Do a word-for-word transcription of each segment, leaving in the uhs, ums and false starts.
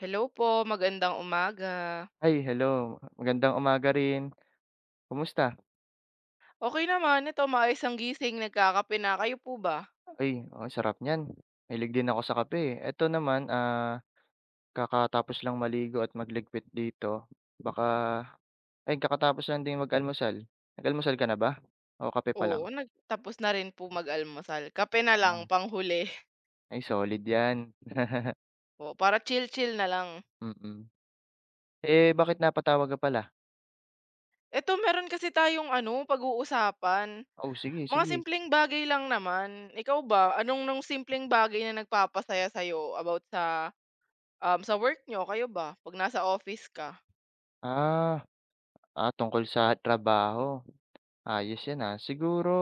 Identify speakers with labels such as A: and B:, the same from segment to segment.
A: Hello po, magandang umaga.
B: Ay, hello. Magandang umaga rin. Kumusta?
A: Okey naman, ito maayos ang gising, nagkakape na. Kayo po ba?
B: Ay, ang sarap niyan. Mahilig din ako sa kape, eh. Eto naman, ah, kakatapos lang maligo at magligpit dito. Baka ay, kakatapos lang din mag-almusal. Nag-almusal ka na ba? O kape pa lang?
A: Oo, nagtapos tapos na rin po mag-almusal, kape na lang
B: Ah,
A: panghuli.
B: ay solid 'yan,
A: Oo, para chill-chill na lang.
B: mm. Eh, bakit napatawag ka pala?
A: Eto meron kasi tayong ano, pag-uusapan,
B: Oh, sige,
A: mga
B: sige.
A: simpleng bagay lang naman. Ikaw ba, anong nung simpleng bagay na nagpapasaya sa'yo about sa, um, sa work niyo? Kayo ba, 'pag nasa office ka?
B: Ah, ah, Tungkol sa trabaho. Ayos 'yan, ah. Siguro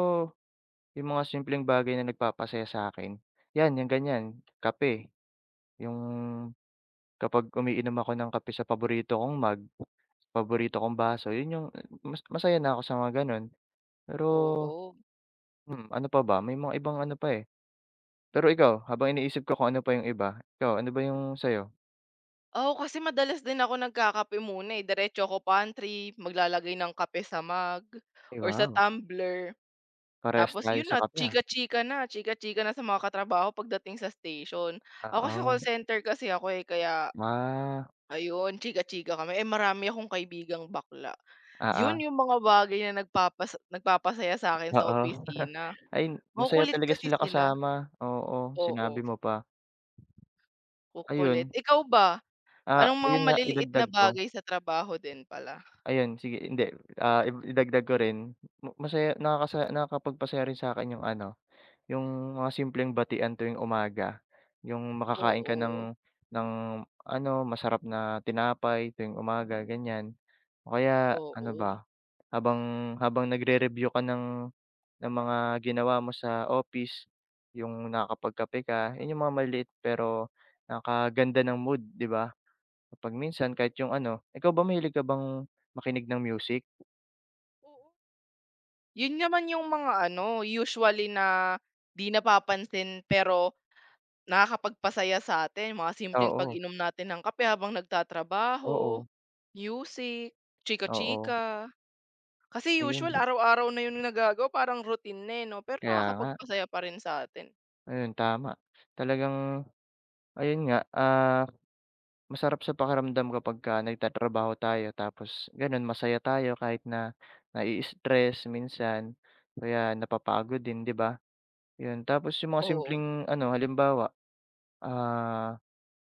B: yung mga simpleng bagay na nagpapasaya sa akin 'yan, yung ganiyan, kape. Yung kapag umiinom ako ng kape sa paborito kong mug, paborito kong baso, yun yung mas masaya na ako sa mga gano'n. Pero,
A: Oo.
B: hmm, ano pa ba, may mga ibang ano pa, eh. Pero ikaw, habang iniisip ko kung ano pa yung iba, ikaw ano ba yung sa'yo?
A: Oo, kasi madalas din ako nagkakape muna, eh. Diretso ako pantry, maglalagay ng kape sa mug
B: Ay,
A: or sa
B: wow,
A: tumbler.
B: parehas
A: Tapos
B: tayo
A: yun
B: sa
A: na,
B: kape, ah.
A: chika-chika na, chika-chika na sa mga katrabaho pagdating sa station. Ako sa
B: Oo,
A: call center kasi ako, eh, kaya
B: ah,
A: ayun, chika-chika kami. Eh, marami akong kaibigang bakla. Yun yung mga bagay na nagpapas nagpapasaya sa akin
B: oo,
A: sa
B: oo.
A: opisina.
B: Ay, masaya
A: Makukulit
B: talaga
A: kasi
B: sila
A: sila.
B: kasama, oo, sinabi
A: Oo,
B: mo pa.
A: kukulit.
B: Ayun,
A: Ikaw ba,
B: ah,
A: anong mga
B: ayun nga
A: maliliit na
B: idagdag ko.
A: bagay sa trabaho din pala?
B: Ayun sige hindi, ah, i idagdag ko rin ma masaya nakakasa nakakapagpasaya rin sa'kin yung ano, yung mga simpleng batian tuwing umaga. Yung makakain ka
A: Oo.
B: ng ng ano masarap na tinapay tuwing umaga ganyan. O kaya ano
A: Oo.
B: ba, habang habang nagre-review ka ng ng mga ginawa mo sa office, yung nakakapagkape ka, yun yung mga maliliit pero nakakaganda ng mood, 'di ba? Kapag minsan kahit yung ano, ikaw ba mahilig ka bang makinig ng music?
A: Oo. Yun naman yung mga ano, usually na 'di napapansin pero nakakapagpasaya sa atin mga simpleng
B: Oo,
A: pag-inom natin ng kape habang nagtatrabaho,
B: oo,
A: music,
B: oo,
A: chika-chika. Kasi usual
B: ayun.
A: araw-araw na yun yung nagagawa, parang routine na, eh, 'no, pero
B: Kaya nga,
A: nakakapagpasaya pa rin sa atin.
B: ayun tama. Talagang ayun nga, ah, masarap sa pakiramdam kapagka nagtatrabaho tayo tapos gano'n masaya tayo kahit na nai-stress minsan kaya napapagod din, 'di ba? 'Yun, tapos yung mga
A: Oo.
B: simpleng ano halimbawa, ah,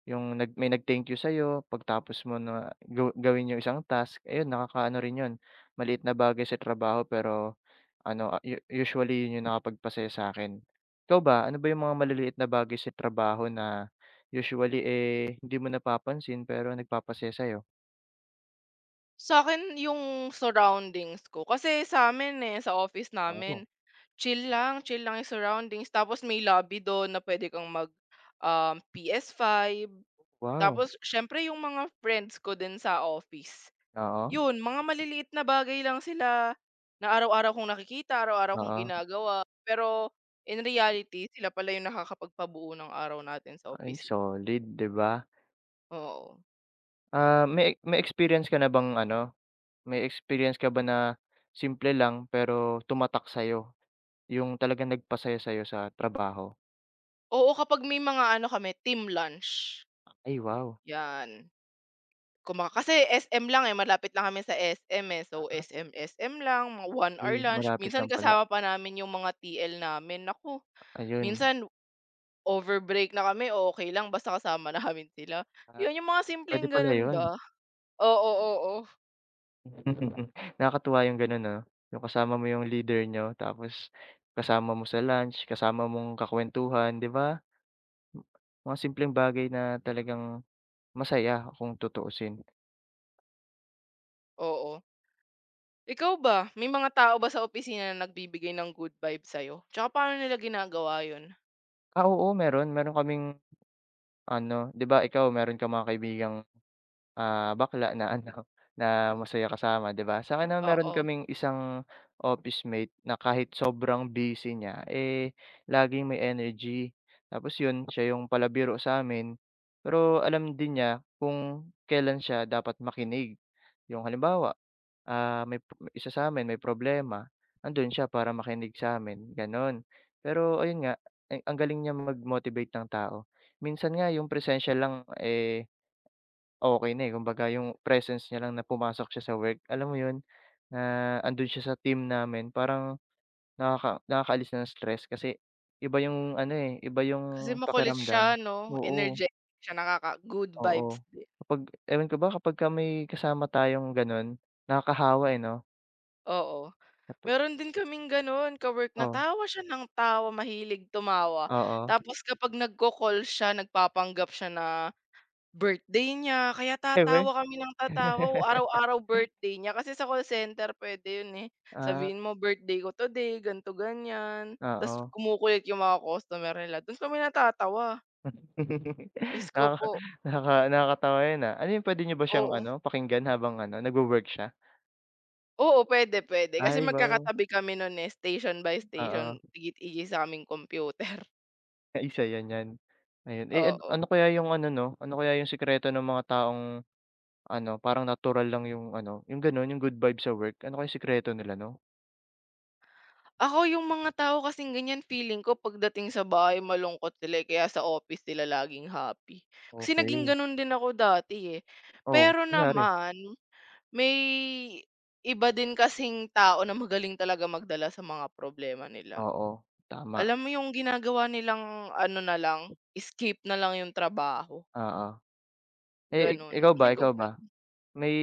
B: yung nag may nag-thank you sa'yo pagtapos mo na gaw gawin yung isang task, ayun nakakaano rin 'yun. Maliit na bagay sa trabaho pero ano, ah, u usually yun yung nakapagpasaya sa'kin. Ikaw ba, ano ba yung mga maliliit na bagay sa trabaho na usually, eh, hindi mo napapansin pero nagpapasaya sa'yo?
A: Sa'kin yung surroundings ko. Kasi sa'min, eh, sa office namin,
B: Oh,
A: chill lang, chill lang yung surroundings. Tapos may lobby don na puwede kang mag, um, P S five.
B: wow.
A: Tapos siyempre yung mga friends ko din sa office,
B: Oo,
A: yun mga maliliit na bagay lang sila na araw-araw kong nakikita, araw-araw kong
B: oo.
A: ginagawa. Pero in reality, sila pala yung nakakapagpabuo ng araw natin sa
B: Ay,
A: opisina,
B: solid, 'di ba?
A: oo.
B: Ah, may may experience ka na bang ano, may experience ka ba na simple lang pero tumatak sa'yo, yung talagang nagpasaya sa'yo sa trabaho?
A: Oo, kapag may mga ano kami, team lunch,
B: Ay, wow.
A: yan. Kuma kasi S M lang, eh, malapit lang kami sa S M, eh. So, S M, S M lang, mga one
B: Uy,
A: hour lunch.
B: malapit
A: Minsan
B: lang pala.
A: kasama pa namin yung mga T L namin. Naku,
B: Ayun,
A: minsan over break na kami, okay lang basta kasama na namin sila.
B: ah,
A: Yun, yung mga
B: puwede
A: simpleng
B: pala
A: ganun
B: yun.
A: ba. Oo, oo, oo.
B: Nakakatuwa yung gano'n, 'no, yung kasama mo yung leader niyo tapos kasama mo sa lunch, kasama mong kakuwentuhan, 'di ba? Mga simpleng bagay na talagang masaya kung tutuusin.
A: Oo. Ikaw ba, may mga tao ba sa opisina na nagbibigay ng good vibe sa'yo? Tsaka paano nila ginagawa yun?
B: Ah, oo meron, meron kaming ano, 'di ba ikaw meron ka mga kaibigang ah, bakla na ano, na masaya kasama, 'di ba? Sa'kin naman meron
A: Oo,
B: kaming isang office mate na kahit sobrang busy niya, eh, laging may energy. Tapos 'yun, siya yung palabiro sa amin, pero alam din niya kung kailan siya dapat makinig. Yung halimbawa, ah, may p- isa sa'min may problema, andun siya para makinig sa amin, gano'n. Pero ayun nga, eh, ang galing niya mag-motivate ng tao. Minsan nga yung presensya lang, eh, okey na, eh, kumbaga yung presence niya lang na pumasok siya sa work, alam mo yun, na andun siya sa team namin parang nakaka nakakaalis na ng stress kasi iba yung ano, eh, iba
A: kasi
B: yung
A: makulit siya
B: pakiramdam.
A: 'no,
B: Oo,
A: energetic siya, nakaka good
B: oo.
A: vibes din.
B: Kapag ewan ko ba kapagka may kasama tayong ganun, nakakahawa, eh, 'no?
A: Oo.
B: Natu
A: Meron din kaming gano'n ka-work na
B: oh,
A: tawa siya ng tawa, mahilig tumawa.
B: oo.
A: Tapos kapag nagko-call siya nagpapanggap siya na birthday niya kaya
B: Ewe
A: tatawa kami ng tatawa, o araw-araw birthday niya kasi sa call center puwede 'yun, eh.
B: Ah,
A: Sabihin mo, "Birthday ko today, ganito ganyan." Ta's
B: oo.
A: kumukulit yung mga customer nila, do'n kami natatawa. Diyos ko
B: Nakaka
A: po,
B: nakaka Nakakatawa yun, ah. Ano yun, puwede niyo ba siyang
A: oo.
B: ano, pakinggan habang ano, nagwo-work siya?
A: Oo, puwede, puwede kasi
B: Ay, wow,
A: magkakatabi kami no'n, eh, station by station,
B: oo.
A: igit-igis sa aming kompyuter,
B: Ah, isa 'yan 'yan. Ayun, eh, an
A: oo.
B: ano kaya yung ano, 'no, ano kaya yung sikreto ng mga taong ano, parang natural lang yung ano, yung gano'n, yung good vibes sa work, ano kaya yung sikreto nila, 'no?
A: Ako yung mga tao kasing ganyan feeling ko pagdating sa bahay malungkot sila, eh, kaya sa office sila laging happy. Kasi naging
B: Okey.
A: gano'n din ako dati, eh.
B: Oo,
A: Pero
B: kunyari
A: naman, may iba din kasing tao na magaling talaga magdala sa mga problema nila.
B: oo, tama,
A: Alam mo yung ginagawa nilang ano na lang, escape na lang yung trabaho,
B: oo. Eh, ik-
A: gano'n.
B: ikaw ba
A: Feeling ko.
B: ikaw ba? May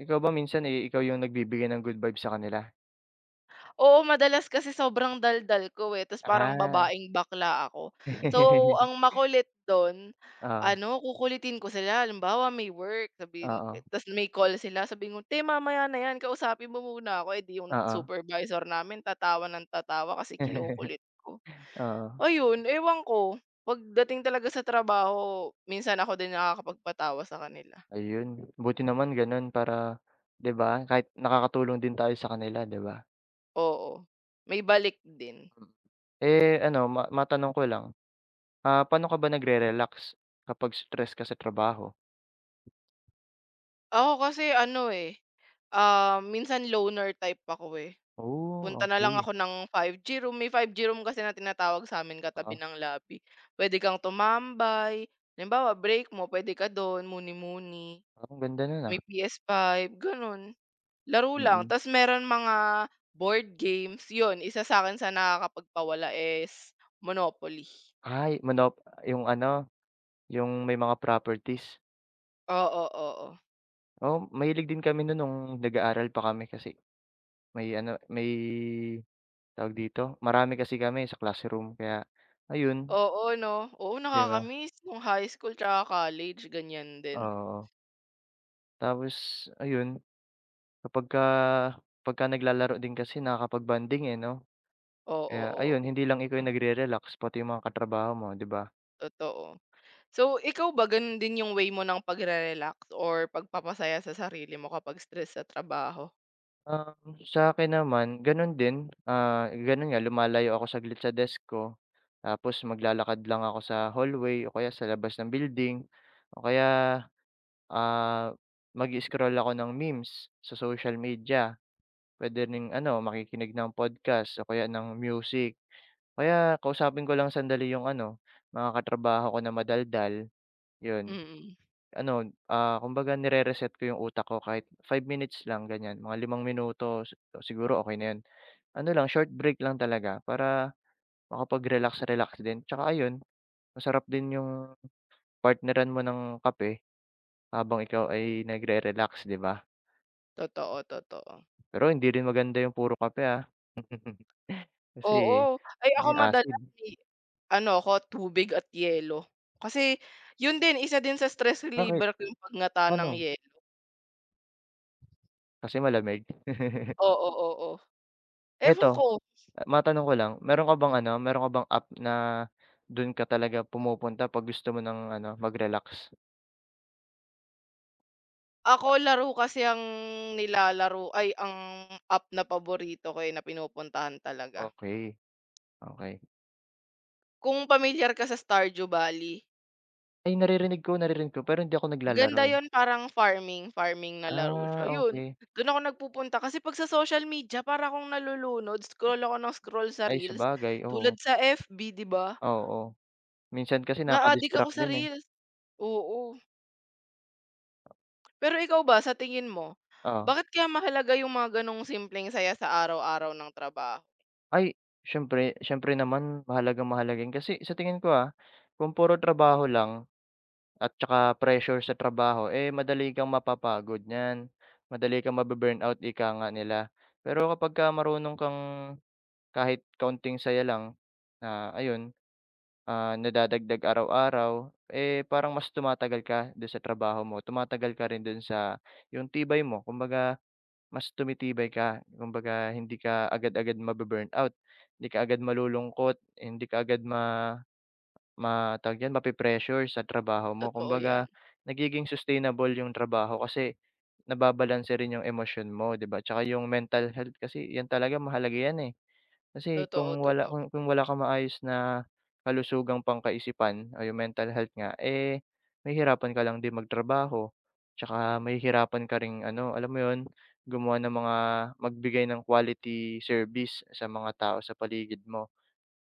B: ikaw ba minsan, eh, ikaw yung nagbibigay ng good vibes sa kanila?
A: Oo, madalas kasi sobrang daldal ko, eh, ta's parang
B: Ah.
A: babaeng bakla ako. So, ang makulit do'n,
B: Oo,
A: ano, kukulitin ko sila. Halimbawa, may work, sabihin
B: oo,
A: ta's may call sila, sabihin ko, "Te, mamaya na 'yan, kausapin mo muna ako." Eh, 'di yung
B: oo.
A: supervisor namin tatawa ng tatawa kasi kinukulit ko.
B: Oo,
A: Ayun, ewan ko, pagdating talaga sa trabaho, minsan ako din nakakapagpatawa sa kanila.
B: ayun, buti naman gano'n para 'di ba, kahit nakakatulong din tayo sa kanila, 'di ba?
A: Oo, may balik din.
B: Eh, ano ma matanong ko lang, ah, paano ka ba nagre-relax kapag stress ka sa trabaho?
A: Ako kasi ano, eh, ah, minsan loner type ako, eh.
B: Oh,
A: Punta na lang
B: okay.
A: ako ng five g room. May five G room kasi na tinatawag sa'min katabi
B: Oo,
A: ng lobby. Puwede kang tumambay. Halimbawa, break mo puwede ka do'n, muni-muni.
B: ang ganda nun, ah.
A: May P S five, gano'n. Laro lang.
B: Mm.
A: Ta's meron mga board games. 'Yun, isa sa akin sa nakakapagpawala is Monopoly.
B: Ay manop yung ano, yung may mga properties.
A: Oo, oo.
B: Oo, mahilig din kami nun nung nag-aaral pa kami kasi may ano, may tawag dito, marami kasi kami sa classroom kaya ayun,
A: Oo, oo, 'no? Oo,
B: 'di ba?
A: nakaka-miss nung high school tsaka college, ganiyan din.
B: Oo, tapos ayun kapagka pagka naglalaro din kasi nakakapag-bonding, eh, 'no?
A: Oo,
B: Kaya
A: oo.
B: ayun, hindi lang ikaw yung nagre-relax pati yung mga katrabaho mo, 'di ba?
A: Totoo. So, ikaw ba ganun din yung way mo ng pagre-relax or pagpapasaya sa sarili mo kapag stress sa trabaho?
B: Um, sa akin naman gano'n din, ah, gano'n nga lumalayo ako saglit sa desk ko, tapos maglalakad lang ako sa hallway o kaya sa labas ng building o kaya, ah, mag-i-scroll ako ng memes sa social media. Puwede ring ano, makikinig ng podcast o kaya ng music. Kaya kausapin ko lang sandali yung ano, mga katrabaho ko na madaldal, 'yun.
A: Mm,
B: Ano, ah, kumbaga nire-reset ko yung utak ko kahit five minutes lang ganyan, mga limang minuto si siguro okay na yun. Ano lang short break lang talaga para makapag-relax-relax din tsaka ayun, masarap din yung partneran mo ng kape habang ikaw ay nagre-relax, 'di ba?
A: Totoo, totoo.
B: Pero hindi rin maganda yung puro kape, ah, kasi
A: Oo, ay ako
B: may acid.
A: madalas eh, ano ako tubig at yelo. Kasi yun din, isa din sa stress
B: Bakit?
A: reliever ko yung pagngata ng
B: Ano?
A: yelo.
B: Kasi malamig.
A: Oo, oo. Oo. Ewan
B: Eto,
A: ko,
B: matanong ko lang, meron ka bang ano, meron ka bang app na dun ka talaga pumupunta 'pag gusto mo ng ano, mag-relax? Ya
A: ako laro kasi ang nilalaro ay ang app na paborito ko eh, na pinupuntahan talaga.
B: okey, okey.
A: Kung pamilyar ka sa Stardew Valley.
B: Ay naririnig ko, naririnig ko pero hindi ako naglalaro,
A: Maganda
B: eh.
A: yon parang farming, farming na laro siya,
B: Ah,
A: 'yun.
B: okey.
A: Do'n ako nagpupunta kasi 'pag sa social media para akong nalulunod, scroll ako ng scroll sa
B: Ay
A: reels,
B: sabagay, oo.
A: tulad sa F B 'di ba,
B: Oo, minsan kasi
A: na-adik ako
B: nakaka-distract
A: sa
B: din, eh.
A: reels. Oo, pero ikaw ba sa tingin mo,
B: Oo.
A: bakit kaya mahalaga yung mga gano'ng simpleng saya sa araw-araw ng trabaho?
B: Ay, siyempre siyempre naman mahalagang mahalaga yun kasi sa tingin ko, ah, kung puro trabaho lang at tsaka pressure sa trabaho, eh, madali kang mapapagod niyan, madali kang mabu-burnout ika nga nila. Pero kapagka marunong kang kahit kaunting saya lang na ayun Ah, nadadagdag araw-araw, eh, parang mas tumatagal ka do'n sa trabaho mo, tumatagal ka rin do'n sa 'yung tibay mo. Kumbaga, mas tumitibay ka, kumbaga hindi ka agad-agad mabu out, hindi ka agad malulungkot, hindi ka agad ma ma tawag diyan, mape sa trabaho mo.
A: Totoo 'yan,
B: Kumbaga, nagiging sustainable 'yung trabaho kasi nababalanse rin 'yung emosyon mo, 'di ba? Tsaka 'yung mental health kasi 'yan talaga mahalaga 'yan, eh. Kasi
A: totoo,
B: kung wala
A: totoo.
B: kung kung wala kang maayos na kalusugang pangkaisipan o yung mental health nga, eh, mahihirapan ka lang din magtrabaho. Tsaka mahihirapan ka ring ano, alam mo yun, gumawa ng mga magbigay ng quality service sa mga tao sa paligid mo.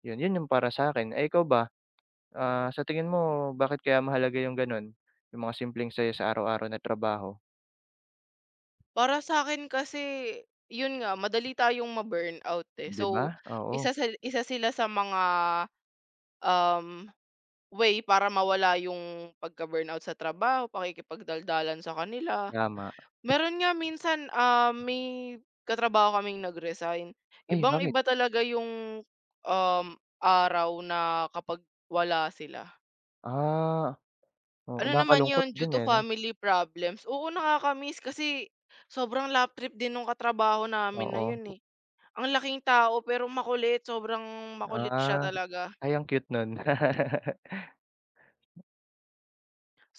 B: Yun, yun yung para sa akin. Eh, ikaw ba, ah, sa tingin mo bakit kaya mahalaga yung gano'n, yung mga simpleng saya sa araw-araw na trabaho,
A: Para sa akin kasi, 'yun nga madali tayong ma-burnout, eh.
B: 'di ba?
A: So,
B: Oo,
A: isa sa isa sila sa mga Um, way para mawala yung pagka-burnout sa trabaho, pakikipagdaldalan sa kanila.
B: tama.
A: Meron nga minsan, ah, may katrabaho kaming nag-resign.
B: Ay, bakit?
A: Ibang-iba talaga yung, um, araw na kapag wala sila.
B: Ah, oo,
A: Ano naman
B: nakakalungkot
A: yun, due
B: din,
A: to
B: eh, 'no?
A: family problems. Oo, nakaka-miss kasi sobrang lap trip din nung katrabaho namin na
B: Oo,
A: yun, eh. Ang laking tao pero makulit, sobrang makulit siya
B: ah.
A: talaga.
B: Ay, ang cute nun.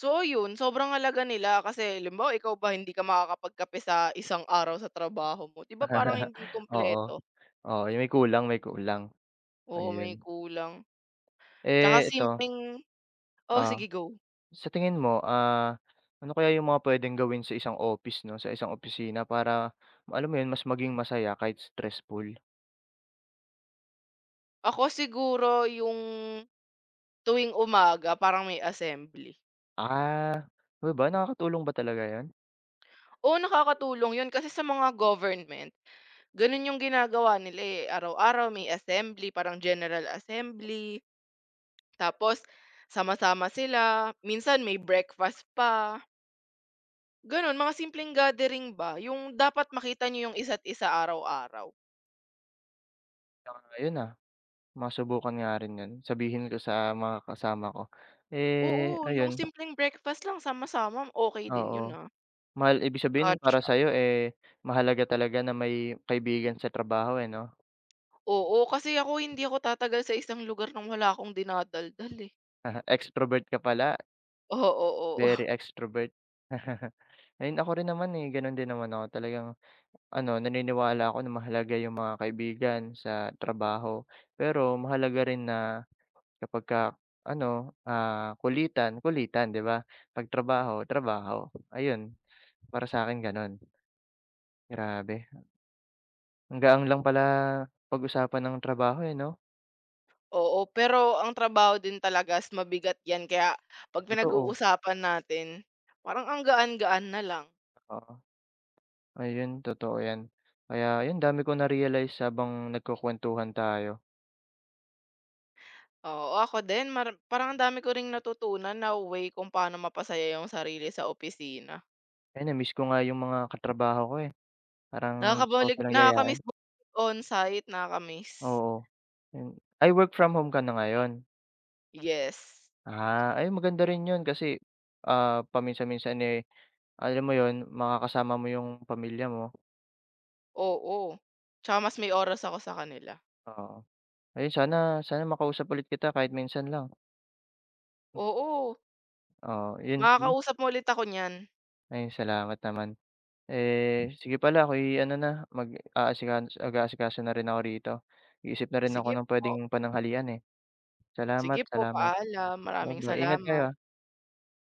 A: So yun sobrang halaga nila kasi halimbawa ikaw ba hindi ka makakapagkape sa isang araw sa trabaho mo, 'di ba parang hindi
B: Oo,
A: kumpleto?
B: oo, yung may kulang, may kulang,
A: Oo, may
B: ayun.
A: kulang. Tsaka
B: Eh, ito,
A: simpleng oo,
B: ah,
A: sige go.
B: sa tingin mo, ah, ano kaya yung mga puwedeng gawin sa isang office, 'no, sa isang opisina para alam mo yun, mas maging masaya kahit stressful?
A: Ako siguro yung tuwing umaga parang may assembly.
B: Ah, ano ba, nakakatulong ba talaga yun?
A: Oo, nakakatulong yun kasi sa mga government, ganun yung ginagawa nila, eh, araw-araw may assembly, parang general assembly, tapos sama-sama sila, minsan may breakfast pa. Gano'n, mga simpleng gathering ba, yung dapat makita nyo yung isa't isa araw-araw.
B: Ah, yun, ah, masubukan nga rin yun, sabihin ko sa mga kasama ko.
A: Oo,
B: Eh,
A: yung
B: ayun,
A: simpleng breakfast lang sama-sama okey din yun,
B: oo,
A: ah,
B: mahal ibig sabihin
A: catch
B: para
A: up.
B: sa'yo, eh, mahalaga talaga na may kaibigan sa trabaho, eh, 'no?
A: Oo, kasi ako hindi ako tatagal sa isang lugar nang wala akong dinadaldal, eh.
B: Extrovert ka pala,
A: Oo, oo, oo,
B: very extrovert. Ayun, ako rin naman, eh, gano'n din naman ako. Talagang ano, naniniwala ako na mahalaga yung mga kaibigan sa trabaho. Pero mahalaga rin na kapagka ano, ah, kulitan, kulitan, 'di ba? 'Pag trabaho, trabaho. Ayun, para sa akin gano'n. Grabe, ang gaang lang pala pag-usapan ng trabaho, eh, 'no?
A: Oo, pero ang trabaho din talaga is mabigat 'yan kaya 'pag
B: Totoo,
A: pinag-uusapan natin, parang ang gaan-gaan na lang.
B: oo. Ayun, totoo 'yan. Kaya ayun, dami ko na-realize habang nagkukuwentuhan tayo.
A: Oo, ako din mar parang ang dami ko ring natutunan na way kung paano mapasaya yung sarili sa opisina.
B: Ayun, na-miss ko nga yung mga katrabaho ko, eh, parang gusto ko
A: Nakakabalik
B: silang yayain,
A: nakakamiss bumalik on-site, nakakamiss.
B: oo. Yun ay, work from home ka na ngayon?
A: Yes,
B: Ah, ay maganda rin yun kasi, ah, paminsan-minsan, eh, alam mo yun, makakasama mo yung pamilya mo,
A: oo. Tsaka mas may oras ako sa kanila.
B: oo. Ayun, sana sana makausap ulit kita kahit minsan lang,
A: Oo,
B: oo, yun sige,
A: makakausap mo ulit ako niyan.
B: ayun salamat naman. Eh, sige pala ako'y ano na, mag-aasika mag-aasikaso na rin ako rito, iisip na rin ako
A: Sige
B: ng
A: po.
B: puwedeng pananghalian, eh.
A: Sige
B: Salamat,
A: po,
B: salamat,
A: paalam. Maraming
B: ba-bye, ingat kayo,
A: salamat.
B: ah.